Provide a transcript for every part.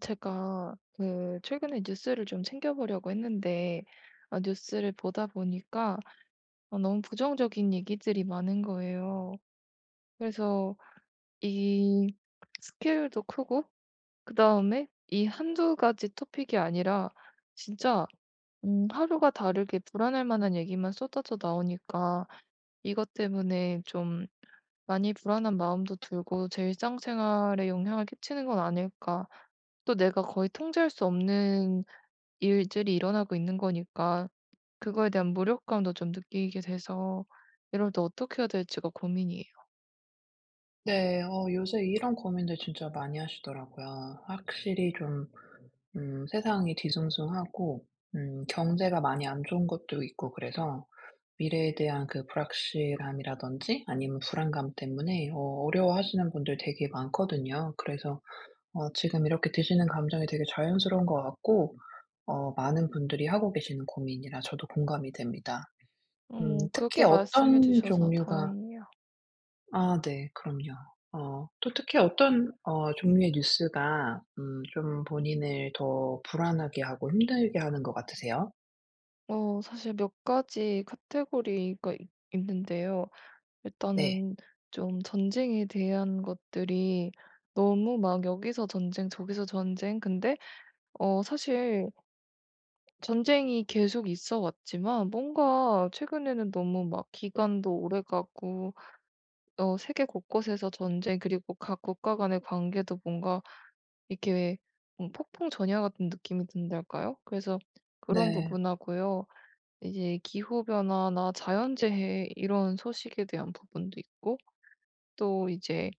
제가 그 최근에 뉴스를 좀 챙겨 보려고 했는데 뉴스를 보다 보니까 너무 부정적인 얘기들이 많은 거예요. 그래서 이 스케일도 크고 그다음에 이 한두 가지 토픽이 아니라 진짜 하루가 다르게 불안할 만한 얘기만 쏟아져 나오니까 이것 때문에 좀 많이 불안한 마음도 들고 '제 일상생활에 영향을 끼치는 건 아닐까.' 또 내가 거의 통제할 수 없는 일들이 일어나고 있는 거니까 그거에 대한 무력감도 좀 느끼게 돼서 이럴 때 어떻게 해야 될지가 고민이에요. 네. 요새 이런 고민들 진짜 많이 하시더라고요. 확실히 좀 세상이 뒤숭숭하고 경제가 많이 안 좋은 것도 있고 그래서 미래에 대한 그 불확실함이라든지 아니면 불안감 때문에 어려워하시는 분들 되게 많거든요. 그래서 지금 이렇게 드시는 감정이 되게 자연스러운 것 같고 많은 분들이 하고 계시는 고민이라 저도 공감이 됩니다. 어 특히 그렇게 말씀해 어떤 주셔서 종류가 다행이에요. 아 네. 그럼요. 또 특히 어떤 종류의 뉴스가 좀 본인을 더 불안하게 하고 힘들게 하는 것 같으세요? 어 사실 몇 가지 카테고리가 있 있는데요. 네. 일단은 좀 전쟁에 대한 것들이 너무 막 여기서 전쟁 저기서 전쟁. 근데 어 사실 전쟁이 계속 있어 왔지만 뭔가 최근에는 너무 막 기간도 오래 가고 세계 곳곳에서 전쟁, 그리고 각 국가 간의 관계도 뭔가 이렇게 왜 폭풍 전야 같은 느낌이 든달까요? 그래서 그런 네. 부분하고요. 이제 기후 변화나 자연재해 이런 소식에 대한 부분도 있고 또 이제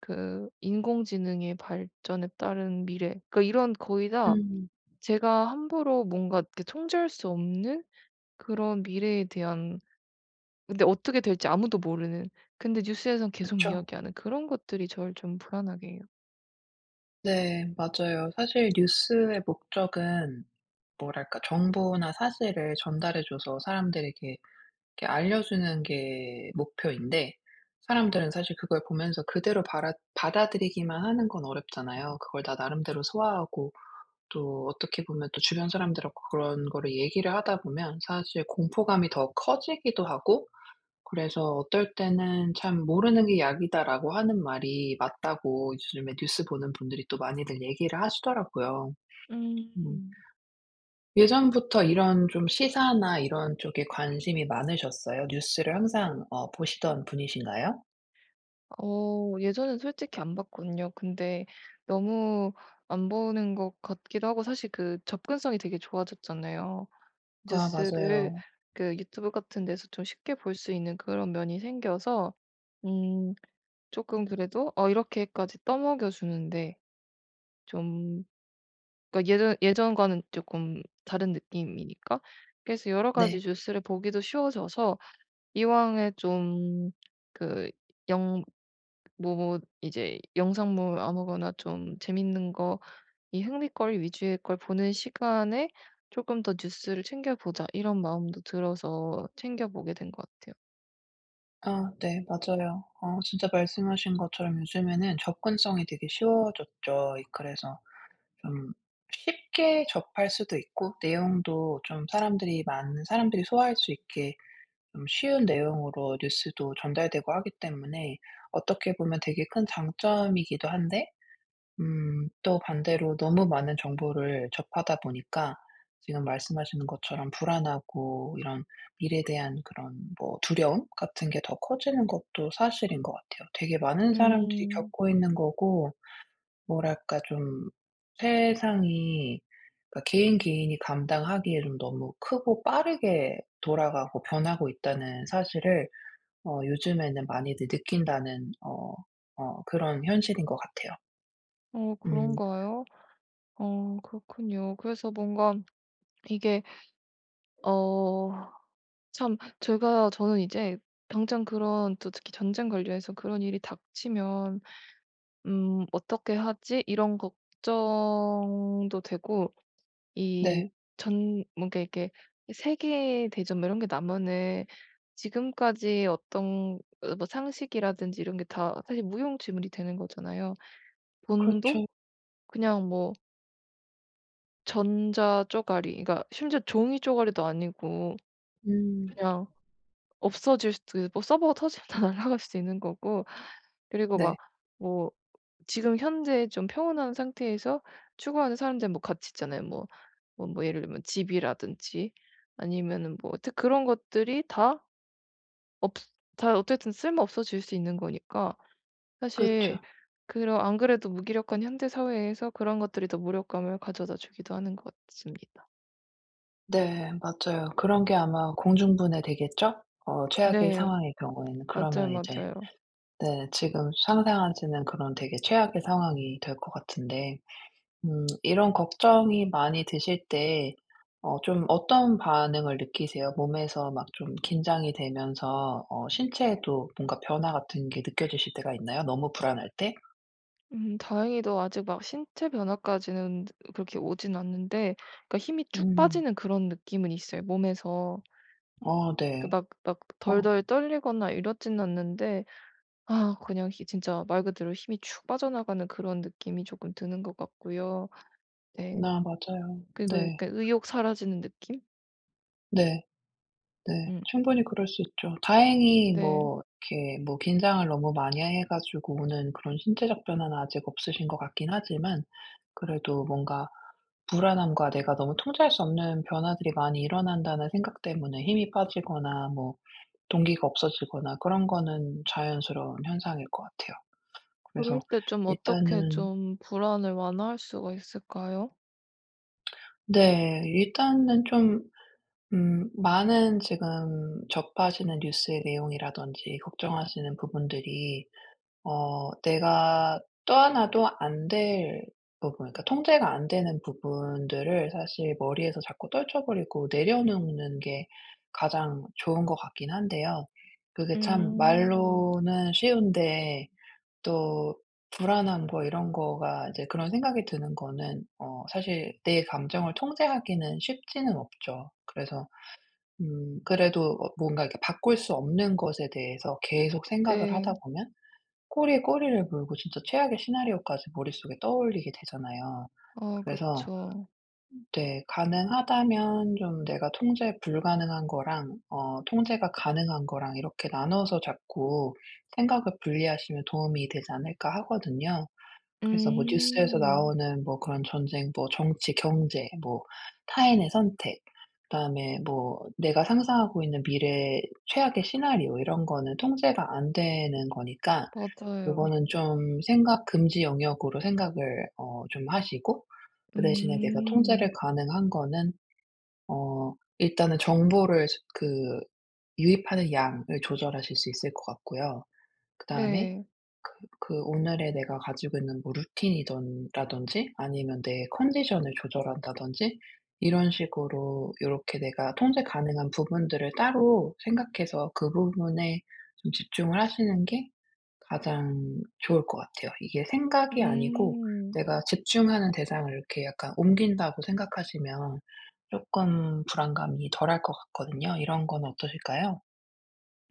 그 인공지능의 발전에 따른 미래, 그러니까 이런 거의 다 음. 제가 함부로 뭔가 이렇게 통제할 수 없는 그런 미래에 대한, 근데 어떻게 될지 아무도 모르는, 근데 뉴스에선 그 계속 죠 이야기하는 그런 것들이 저를 좀 불안하게 해요. 네. 맞아요. 사실 뉴스의 목적은 뭐랄까 정보나 사실을 전달해 줘서 사람들에게 이렇게 알려주는 게 목표인데, 사람들은 사실 그걸 보면서 그대로 받아들이기만 하는 건 어렵잖아요. 그걸 다 나름대로 소화하고 또 어떻게 보면 또 주변 사람들하고 그런 거를 얘기를 하다 보면 사실 공포감이 더 커지기도 하고. 그래서 어떨 때는 참 "모르는 게 약이다."라고 하는 말이 맞다고 요즘에 뉴스 보는 분들이 또 많이들 얘기를 하시더라고요. 음. 음. 예전부터 이런 좀 시사나 이런 쪽에 관심이 많으셨어요? 뉴스를 항상 보시던 분이신가요? 어 예전엔 솔직히 안 봤거든요. 근데 너무 안 보는 것 같기도 하고, 사실 그 접근성이 되게 좋아졌잖아요. 아 뉴스를 맞아요. 그 유튜브 같은 데서 좀 쉽게 볼 수 있는 그런 면이 생겨서 음금 그래도 '어 이렇게까지 떠먹여 주는데 좀, 그러니까 예전과는 조금 다른 느낌이니까. 그래서 여러 가지 네. 뉴스를 보기도 쉬워져서 이왕에 좀 그 영뭐 뭐 이제 영상물 아무거나 좀 재밌는 거, 이 흥미거리 위주의 걸 보는 시간에 조금 더 뉴스를 챙겨 보자.' 이런 마음도 들어서 챙겨 보게 된 것 같아요. 아 네. 맞아요. 진짜 말씀하신 것처럼 요즘에는 접근성이 되게 쉬워졌죠. 이 그래서 좀 쉽게 접할 수도 있고 내용도 좀 사람들이 많은 사람들이 소화할 수 있게 좀 쉬운 내용으로 뉴스도 전달되고 하기 때문에 어떻게 보면 되게 큰 장점이기도 한데 음 또 반대로 너무 많은 정보를 접하다 보니까 지금 말씀하시는 것처럼 불안하고 이런 미래에 대한 그런 뭐 두려움 같은 게 더 커지는 것도 사실인 것 같아요. 되게 많은 사람들이 음. 겪고 있는 거고. 뭐랄까 좀 세상이, 그러니까 개인 개인이 감당하기에 좀 너무 크고 빠르게 돌아가고 변하고 있다는 사실을 요즘에는 많이들 느낀다는 그런 현실인 것 같아요. 어 음 그런가요? 어 그렇군요. 그래서 뭔가 이게 어 참 제가 저는 이제 당장 그런, 또 특히 전쟁 관련해서 그런 일이 닥치면 '음 어떻게 하지?' 이런 걱정도 되고 네. 이 전 뭔가 이렇게 세계 대전 뭐 이런 게 나면은 지금까지 어떤 어 뭐 상식이라든지 이런 게 다 사실 무용지물이 되는 거잖아요. 돈도 그렇죠. 그냥 뭐 전자 쪼가리, 그러니까 심지어 종이 쪼가리도 아니고 음 그냥 없어질 수도 있고, 서버가 터지면 다 날아갈 수도 있는 거고. 그리고 막 네. 뭐 지금 현재 좀 평온한 상태에서 추구하는 사람들은 뭐 가치 있잖아요. 뭐 예를 들면 집이라든지 아니면은 뭐 하여튼 그런 것들이 없 다 어쨌든 쓸모 없어질 수 있는 거니까 그쵸. 사실 그런, 안 그래도 무기력한 현대 사회에서 그런 것들이 더 무력감을 가져다 주기도 하는 것 같습니다. 네. 맞아요. 그런 게 아마 공중분해 되겠죠? 최악의 네. 상황의 경우에는. 맞아요, 그러면 이제 맞아요. 네 지금 상상하시는 그런 되게 최악의 상황이 될 것 같은데 이런 걱정이 많이 드실 때 좀 어떤 반응을 느끼세요? 몸에서 막 좀 긴장이 되면서 신체에도 뭔가 변화 같은 게 느껴지실 때가 있나요? 너무 불안할 때? 다행히도 아직 막 신체 변화까지는 그렇게 오진 않는데, 그러니까 힘이 쭉 음. 빠지는 그런 느낌은 있어요 몸에서. 어 그 네. 막 어. 덜덜 떨리거나 이렇진 않는데 아 그냥 히 진짜 말 그대로 힘이 쭉 빠져나가는 그런 느낌이 조금 드는 것 같고요. 네. 나 맞아요. 그리고 네. 이렇게 의욕 사라지는 느낌? 네. 네. 음 충분히 그럴 수 있죠. 다행히 네. 뭐 이렇게 뭐 긴장을 너무 많이 해 가지고 오는 그런 신체적 변화는 아직 없으신 것 같긴 하지만 그래도 뭔가 불안함과 내가 너무 통제할 수 없는 변화들이 많이 일어난다는 생각 때문에 힘이 빠지거나 뭐 동기가 없어지거나 그런 거는 자연스러운 현상일 것 같아요. 그럴 그래서 때 좀 어떻게 일단은 좀 불안을 완화할 수가 있을까요? 네. 일단은 좀 많은 지금 접하시는 뉴스의 내용이라든지 걱정하시는 부분들이 내가 떠안아도 안 될 부분, 그러니까 통제가 안 되는 부분들을 사실 머리에서 자꾸 떨쳐 버리고 내려놓는 게 가장 좋은 것 같긴 한데요. 그게 참 음. 말로는 쉬운데, 또 불안한 거 이런 거가 이제 그런 생각이 드는 거는 사실 내 감정을 통제하기는 쉽지는 없죠. 그래서 그래도 뭔가 이렇게 바꿀 수 없는 것에 대해서 계속 생각을 네. 하다 보면 꼬리에 꼬리를 물고 진짜 최악의 시나리오까지 머릿속에 떠올리게 되잖아요. 아 그래서 그쵸. 네 가능하다면 좀 내가 통제 불가능한 거랑 통제가 가능한 거랑 이렇게 나눠서 자꾸 생각을 분리하시면 도움이 되지 않을까 하거든요. 그래서 뭐 뉴스에서 음. 나오는 뭐 그런 전쟁, 뭐 정치, 경제, 뭐 타인의 선택, 그다음에 뭐 내가 상상하고 있는 미래의 최악의 시나리오, 이런 거는 통제가 안 되는 거니까 맞아요. 요거는 좀 생각 금지 영역으로 생각을 좀 하시고, 그 대신에 내가 통제를 음. 가능한 거는 어 일단은 정보를 스 그 유입하는 양을 조절하실 수 있을 것 같고요. 그다음에 네. 그 오늘의 내가 가지고 있는 뭐 루틴이든 라든지 아니면 내 컨디션을 조절한다든지 이런 식으로 요렇게 내가 통제 가능한 부분들을 따로 생각해서 그 부분에 좀 집중을 하시는 게 가장 좋을 것 같아요. 이게 생각이 아니고 음. 내가 집중하는 대상을 이렇게 약간 옮긴다고 생각하시면 쪼끔 불안감이 덜할 것 같거든요. 이런 건 어떠실까요?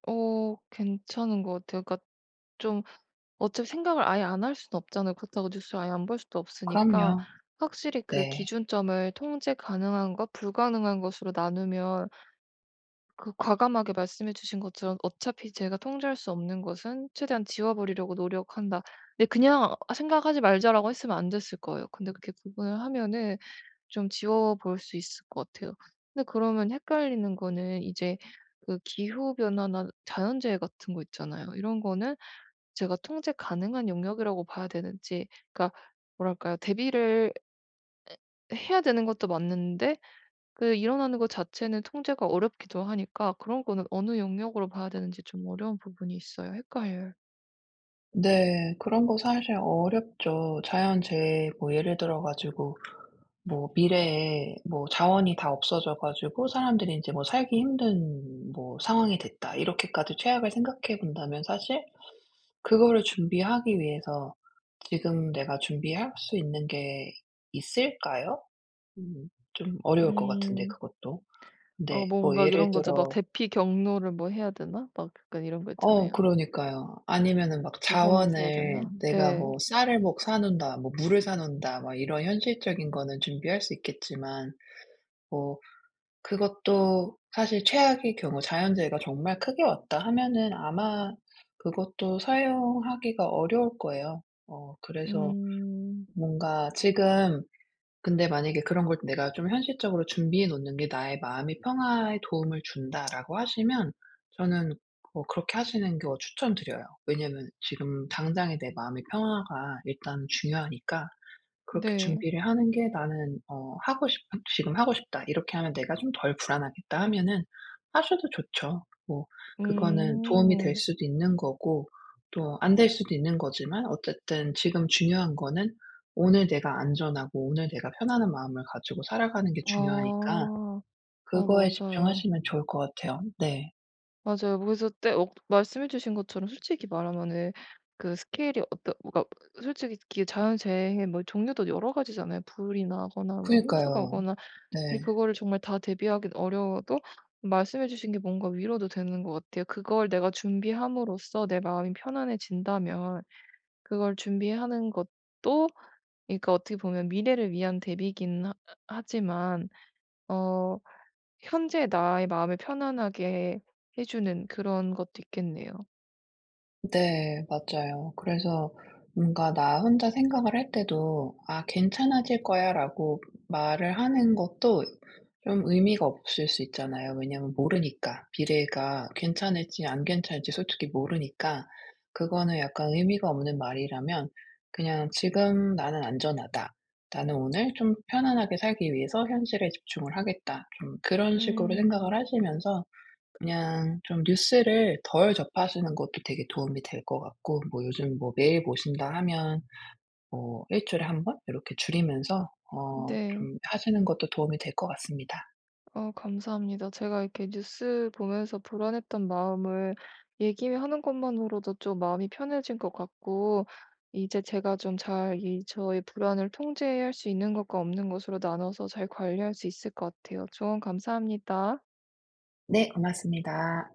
어 괜찮은 것 같아요. 그러니까 좀 어차피 생각을 아예 안 할 수는 없잖아요. 그렇다고 뉴스를 아예 안 볼 수도 없으니까 그럼요. 확실히 그 네. 기준점을 통제 가능한 것, 불가능한 것으로 나누면 그 과감하게 말씀해 주신 것처럼 "어차피 제가 통제할 수 없는 것은 최대한 지워버리려고 노력한다." 근데 그냥 '아 생각하지 말자.'라고 했으면 안 됐을 거예요. 근데 그렇게 구분을 하면은 좀 지워 볼 수 있을 것 같아요. 근데 그러면 헷갈리는 거는 이제 그 기후 변화나 자연재해 같은 거 있잖아요. 이런 거는 제가 통제 가능한 영역이라고 봐야 되는지, 그러니까 뭐랄까요? 대비를 해야 되는 것도 맞는데 그 일어나는 것 자체는 통제가 어렵기도 하니까 그런 거는 어느 영역으로 봐야 되는지 좀 어려운 부분이 있어요. 헷갈려요. 네. 그런 거 사실 어렵죠. 자연재해 뭐 예를 들어 가지고 뭐 미래에 뭐 자원이 다 없어져 가지고 사람들이 인제 뭐 '살기 힘든 뭐 상황이 됐다.' 이렇게까지 최악을 생각해 본다면 사실 그거를 준비하기 위해서 지금 내가 준비할 수 있는 게 있을까요? 좀 어려울 것 같은데 음. 그것도. 아 근데 뭐 뭔가 예를 이런 거죠. 막 들어 대피 경로를 뭐 해야 되나? 막 약간 이런 거 있잖아요. 그러니까요. 아니면은 막 보험을 들어야 자원을 되나? 내가 네. 뭐 쌀을 뭐 사 놓는다 뭐 물을 사 놓는다 막 이런 현실적인 거는 준비할 수 있겠지만 뭐 그것도 사실 최악의 경우 자연재해가 정말 크게 왔다 하면은 아마 그것도 사용하기가 어려울 거예요. 그래서 음. 뭔가 지금, 근데 만약에 그런 걸 내가 좀 현실적으로 준비해 놓는 게 '나의 마음의 평화에 도움을 준다.'라고 하시면 저는 그렇게 하시는 거 추천드려요. 왜냐면 지금 당장의 내 마음의 평화가 일단 중요하니까 그렇게 네. 준비를 하는 게 나는 어 하고 싶 '지금 하고 싶다. 이렇게 하면 내가 좀 덜 불안하겠다.' 하면은 하셔도 좋죠. 뭐 그거는 도움이 될 음. 수도 있는 거고 또 안 될 수도 있는 거지만 어쨌든 지금 중요한 거는 오늘 내가 안전하고 오늘 내가 편안한 마음을 가지고 살아가는 게 중요하니까 아. 아 그거에 맞아요. 집중하시면 좋을 것 같아요. 네. 맞아요. 그래서 때 어 말씀해 주신 것처럼 솔직히 말하면은 그 스케일이 어떤 그가 솔직히 그 자연재해 뭐 종류도 여러 가지잖아요. 불이 나거나 뭐 홍수가 그니까요. 오거나. 네. 근데 그거를 정말 다 대비하기 어려워도 말씀해 주신 게 뭔가 위로도 되는 것 같아요. 그걸 내가 준비함으로써 내 마음이 편안해진다면 그걸 준비하는 것도, 그러니까 어떻게 보면 미래를 위한 대비긴 하 하지만 어 현재 나의 마음을 편안하게 해 주는 그런 것도 있겠네요. 네. 맞아요. 그래서 뭔가 나 혼자 생각을 할 때도 '아 괜찮아질 거야.'라고 말을 하는 것도 좀 의미가 없을 수 있잖아요. 왜냐면 모르니까. 미래가 괜찮을지 안 괜찮을지 솔직히 모르니까 그거는 약간 의미가 없는 말이라면 그냥 '지금 나는 안전하다. 나는 오늘 좀 편안하게 살기 위해서 현실에 집중을 하겠다.' 좀 그런 식으로 생각을 음. 하시면서 그냥 좀 뉴스를 덜 접하시는 것도 되게 도움이 될 것 같고, 뭐 요즘 뭐 매일 보신다 하면 뭐 일 주일에 한 번 이렇게 줄이면서 네. 좀 하시는 것도 도움이 될 것 같습니다. 어 감사합니다. 제가 이렇게 뉴스 보면서 불안했던 마음을 얘기하는 것만으로도 좀 마음이 편해진 것 같고 이제 제가 좀 잘 이 저의 불안을 통제할 수 있는 것과 없는 것으로 나눠서 잘 관리할 수 있을 것 같아요. 조언 감사합니다. 네, 고맙습니다.